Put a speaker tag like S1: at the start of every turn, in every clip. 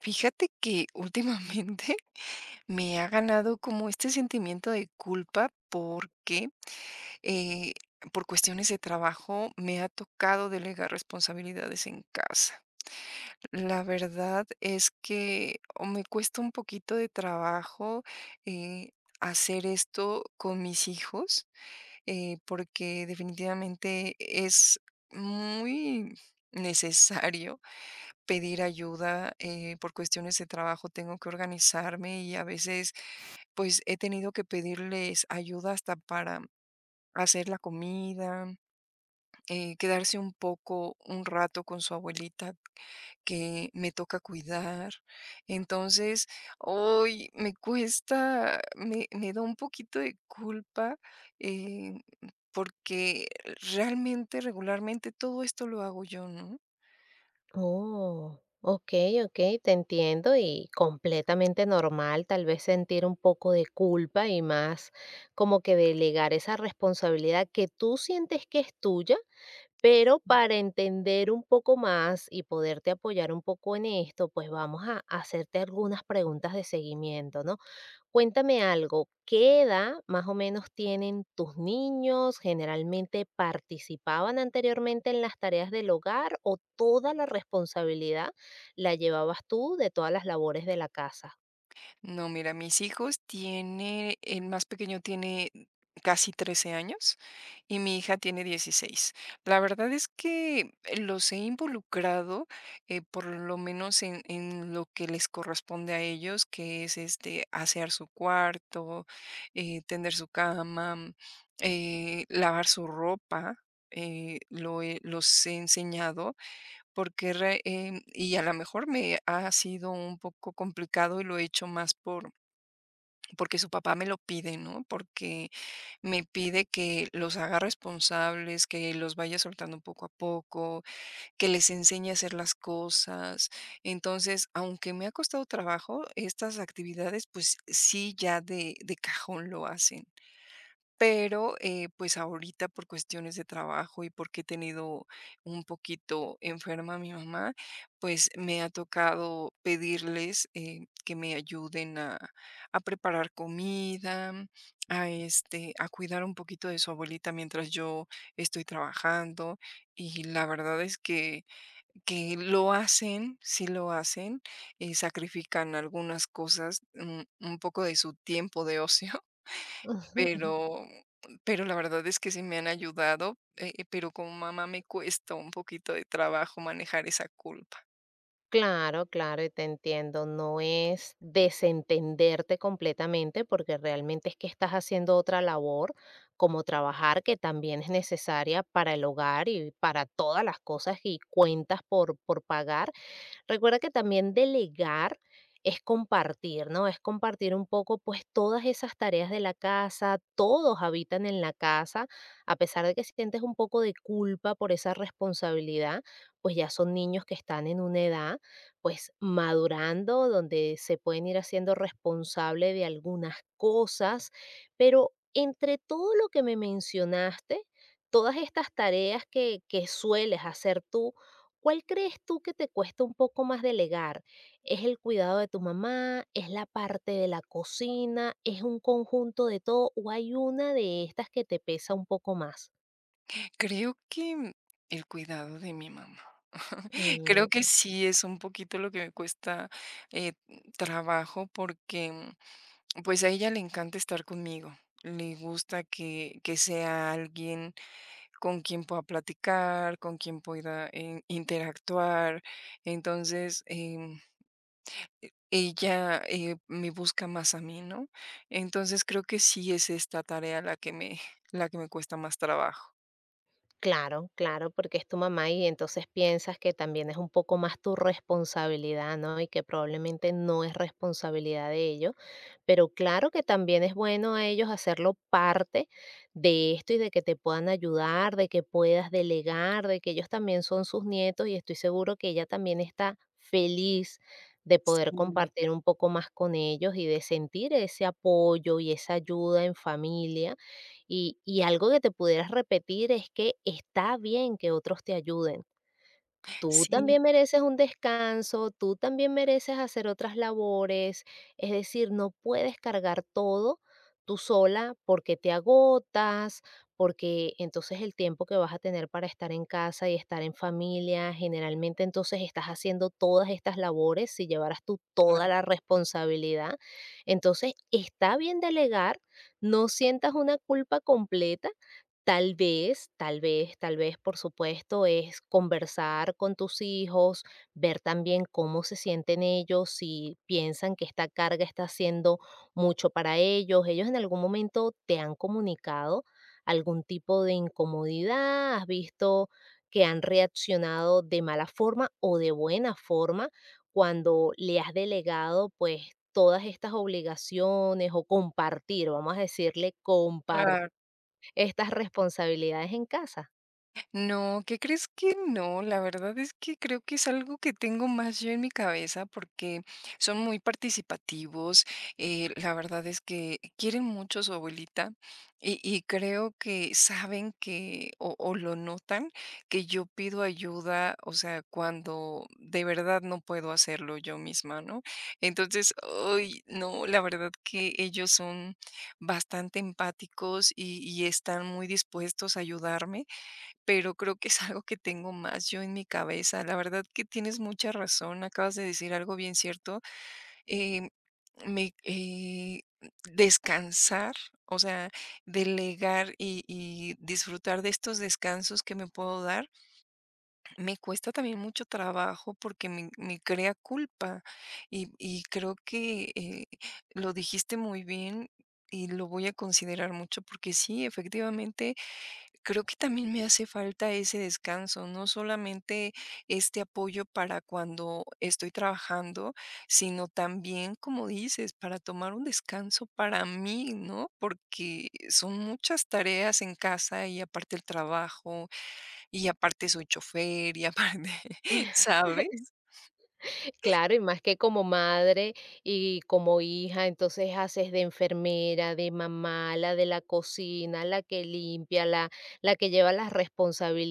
S1: Fíjate que últimamente me ha ganado como este sentimiento de culpa porque eh, por cuestiones de trabajo me ha tocado delegar responsabilidades en casa. La verdad es que o me cuesta un poquito de trabajo eh, hacer esto con mis hijos, porque definitivamente es muy necesario pedir ayuda. Por cuestiones de trabajo tengo que organizarme y a veces, pues, he tenido que pedirles ayuda hasta para hacer la comida, quedarse un poco, un rato con su abuelita que me toca cuidar. Entonces, hoy me cuesta, me da un poquito de culpa, eh, porque realmente, regularmente todo esto lo hago yo, ¿no?
S2: Oh, okey, okey, te entiendo y completamente normal, tal vez sentir un poco de culpa y más como que delegar esa responsabilidad que tú sientes que es tuya, pero para entender un poco más y poderte apoyar un poco en esto, pues vamos a hacerte algunas preguntas de seguimiento, ¿no? Cuéntame algo, ¿qué edad más o menos tienen tus niños? ¿Generalmente participaban anteriormente en las tareas del hogar o toda la responsabilidad la llevabas tú de todas las labores de la casa?
S1: No, mira, mis hijos tiene, el más pequeño tiene casi 13 años, y mi hija tiene 16. La verdad es que los he involucrado, por lo menos en lo que les corresponde a ellos, que es este asear su cuarto, tender su cama, lavar su ropa. Los he enseñado y a lo mejor me ha sido un poco complicado y lo he hecho más porque su papá me lo pide, ¿no? Porque me pide que los haga responsables, que los vaya soltando poco a poco, que les enseñe a hacer las cosas. Entonces, aunque me ha costado trabajo, estas actividades, pues sí, ya de cajón lo hacen. Pero, pues, ahorita por cuestiones de trabajo y porque he tenido un poquito enferma a mi mamá, pues, me ha tocado pedirles, que me ayuden a preparar comida, a, este, a cuidar un poquito de su abuelita mientras yo estoy trabajando. Y la verdad es que lo hacen, sí lo hacen, sacrifican algunas cosas, un poco de su tiempo de ocio,
S2: Ujú, ujú.
S1: pero pero la verdad es que sí me han ayudado. Pero como mamá me cuesta un poquito de trabajo manejar esa culpa.
S2: Claro, claro, y te entiendo. No es desentenderte completamente porque realmente es que estás haciendo otra labor como trabajar que también es necesaria para el hogar y para todas las cosas y cuentas por pagar. Recuerda que también delegar es compartir, ¿no? Es compartir un poco, pues, todas esas tareas de la casa, todos habitan en la casa, a pesar de que sientes un poco de culpa por esa responsabilidad, pues ya son niños que están en una edad, pues, madurando, donde se pueden ir haciendo responsable de algunas cosas, pero entre todo lo que me mencionaste, todas estas tareas que sueles hacer tú, ¿cuál crees tú que te cuesta un poco más delegar? ¿Es el cuidado de tu mamá? ¿Es la parte de la cocina? ¿Es un conjunto de todo? ¿O hay una de estas que te pesa un poco más?
S1: Creo que el cuidado de mi mamá. Creo que
S2: Mm,
S1: sí es un poquito lo que me cuesta, eh, trabajo porque, pues, a ella le encanta estar conmigo. Le gusta que sea alguien con quien pueda platicar, con quien pueda, interactuar. Entonces, ella, me busca más a mí, ¿no? Entonces, creo que sí es esta tarea la que me cuesta más trabajo.
S2: claro, claro, porque es tu mamá y entonces piensas que también es un poco más tu responsabilidad, ¿no? Y que probablemente no es responsabilidad de ellos. Pero claro que también es bueno a ellos hacerlo parte de esto y de que te puedan ayudar, de que puedas delegar, de que ellos también son sus nietos y estoy seguro que ella también está feliz de
S1: Sí,
S2: poder compartir un poco más con ellos y de sentir ese apoyo y esa ayuda en familia. Y algo que te pudieras repetir es que está bien que otros te ayuden. Tú
S1: sí,
S2: también mereces un descanso, tú también mereces hacer otras labores, es decir, no puedes cargar todo tú sola porque te agotas, porque entonces el tiempo que vas a tener para estar en casa y estar en familia, generalmente entonces estás haciendo todas estas labores si llevaras tú toda la responsabilidad. Entonces, está bien delegar, no sientas una culpa completa. Tal vez, tal vez, tal vez, por supuesto, es conversar con tus hijos, ver también cómo se sienten ellos, si piensan que esta carga está haciendo mucho para ellos. ¿Ellos en algún momento te han comunicado algún tipo de incomodidad? ¿Has visto que han reaccionado de mala forma o de buena forma cuando le has delegado pues todas estas obligaciones o compartir, vamos a decirle
S1: cla
S2: compartir? Estas responsabilidades en casa.
S1: no, ¿qué crees que no? La verdad es que creo que es algo que tengo más yo en mi cabeza porque son muy participativos. La verdad es que quieren mucho a su abuelita, y creo que saben que, o lo notan, que yo pido ayuda, o sea, cuando de verdad no puedo hacerlo yo misma, ¿no? Entonces, hoy no, la verdad que ellos son bastante empáticos y están muy dispuestos a ayudarme, pero creo que es algo que tengo más yo en mi cabeza. La verdad que tienes mucha razón, acabas de decir algo bien cierto. Em, me, eh, descansar, o sea, delegar, y disfrutar de estos descansos que me puedo dar, me cuesta también mucho trabajo porque me crea culpa, y creo que lo dijiste muy bien. Y lo voy a considerar mucho porque sí, efectivamente, creo que también me hace falta ese descanso, no solamente este apoyo para cuando estoy trabajando, sino también, como dices, para tomar un descanso para mí, ¿no? Porque son muchas tareas en casa y aparte el trabajo, y aparte soy chofer, y aparte, ¿sabes?
S2: Claro, y más que como madre y como hija, entonces haces de enfermera, de mamá, la de la cocina, la que limpia, la que lleva las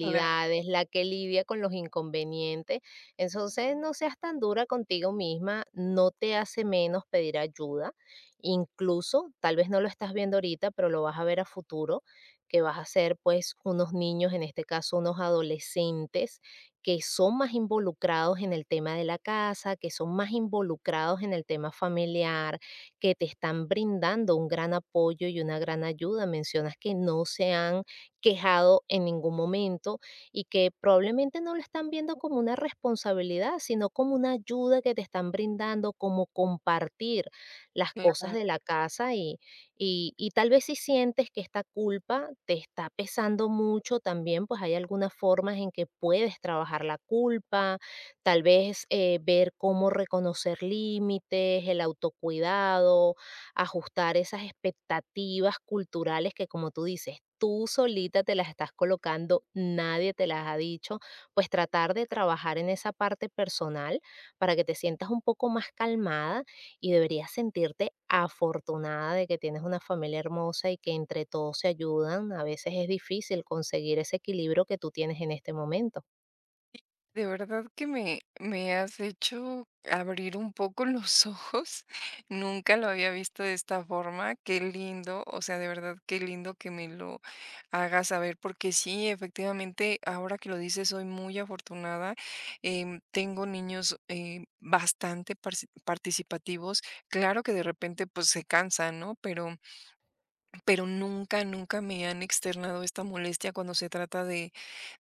S1: Claro,
S2: la que lidia con los inconvenientes. Entonces, no seas tan dura contigo misma, no te hace menos pedir ayuda. Incluso, tal vez no lo estás viendo ahorita, pero lo vas a ver a futuro, que vas a ser pues unos niños, en este caso unos adolescentes que son más involucrados en el tema de la casa, que son más involucrados en el tema familiar, que te están brindando un gran apoyo y una gran ayuda. Mencionas que no se han quejado en ningún momento y que probablemente no lo están viendo como una responsabilidad, sino como una ayuda que te están brindando, como compartir las cosas
S1: claro.
S2: de la casa, y tal vez si sientes que esta culpa te está pesando mucho también, pues hay algunas formas en que puedes trabajar la culpa, tal vez ver cómo reconocer límites, el autocuidado, ajustar esas expectativas culturales que como tú dices, tú solita te las estás colocando, nadie te las ha dicho, pues tratar de trabajar en esa parte personal para que te sientas un poco más calmada y deberías sentirte afortunada de que tienes una familia hermosa y que entre todos se ayudan. A veces es difícil conseguir ese equilibrio que tú tienes en este momento.
S1: De verdad que me has hecho abrir un poco los ojos. Nunca lo había visto de esta forma. Qué lindo, o sea, de verdad, qué lindo que me lo hagas saber, porque sí, efectivamente, ahora que lo dices, soy muy afortunada. Tengo niños, bastante participativos. Claro que de repente, pues se cansan, ¿no? Pero nunca, nunca me han externado esta molestia cuando se trata de,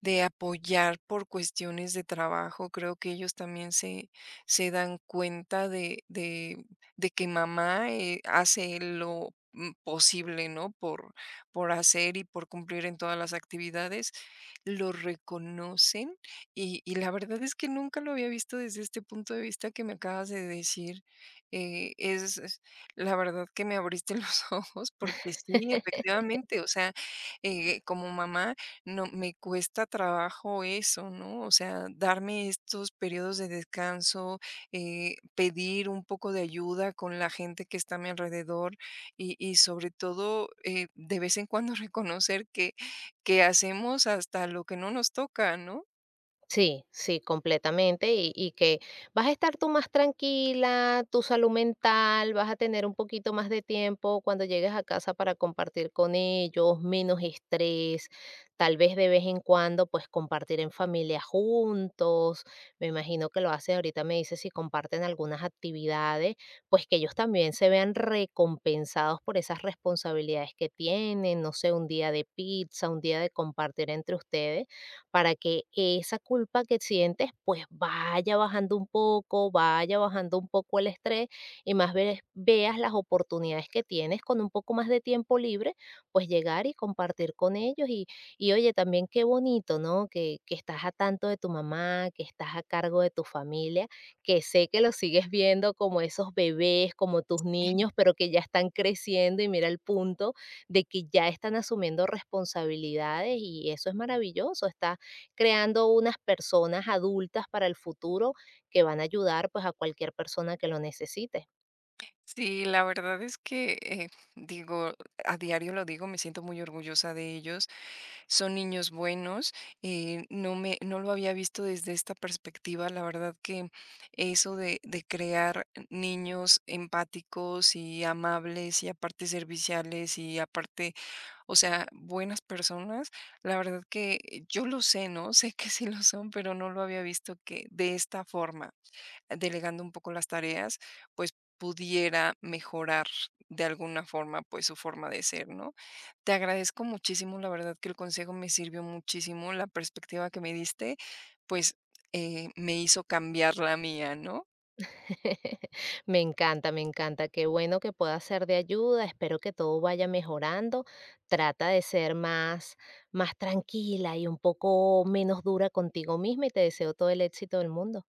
S1: de apoyar por cuestiones de trabajo. Creo que ellos también se dan cuenta de que mamá hace lo posible, ¿no? Por hacer y por cumplir en todas las actividades lo reconocen, y la verdad es que nunca lo había visto desde este punto de vista que me acabas de decir. Eh, es, es- la verdad que me abriste los ojos porque sí, efectivamente, o sea, como mamá no me cuesta trabajo eso, ¿no? O sea, darme estos periodos de descanso, pedir un poco de ayuda con la gente que está a mi alrededor, y sobre todo de vez en cuando reconocer que hacemos hasta lo que no nos toca, ¿no?
S2: Sí, sí, completamente. Y que vas a estar tú más tranquila, tu salud mental, vas a tener un poquito más de tiempo cuando llegues a casa para compartir con ellos, menos estrés, tal vez de vez en cuando pues compartir en familia juntos. Me imagino que lo hacen ahorita, me dices si comparten algunas actividades, pues que ellos también se vean recompensados por esas responsabilidades que tienen, no sé, un día de pizza, un día de compartir entre ustedes para que esa culpa que sientes, pues vaya bajando un poco, vaya bajando un poco el estrés y más veas las oportunidades que tienes con un poco más de tiempo libre, pues llegar y compartir con ellos. Y oye, también qué bonito, ¿no? Que estás a tanto de tu mamá, que estás a cargo de tu familia, que sé que lo sigues viendo como esos bebés, como tus niños, pero que ya están creciendo y mira el punto de que ya están asumiendo responsabilidades y eso es maravilloso, está creando unas personas adultas para el futuro que van a ayudar pues a cualquier persona que lo necesite.
S1: Sí, la verdad es que, digo, a diario lo digo, me siento muy orgullosa de ellos. Son niños buenos, no lo había visto desde esta perspectiva. La verdad que eso de crear niños empáticos y amables, y aparte serviciales, y aparte, o sea, buenas personas, la verdad que yo lo sé, ¿no? Sé que sí lo son, pero no lo había visto que de esta forma. Delegando un poco las tareas, pues pudiera mejorar de alguna forma, pues su forma de ser, ¿no? Te agradezco muchísimo, la verdad que el consejo me sirvió muchísimo, la perspectiva que me diste, pues me hizo cambiar la mía, ¿no?
S2: Me encanta, me encanta. Qué bueno que pueda ser de ayuda. Espero que todo vaya mejorando. Trata de ser más, más tranquila y un poco menos dura contigo misma y te deseo todo el éxito del mundo.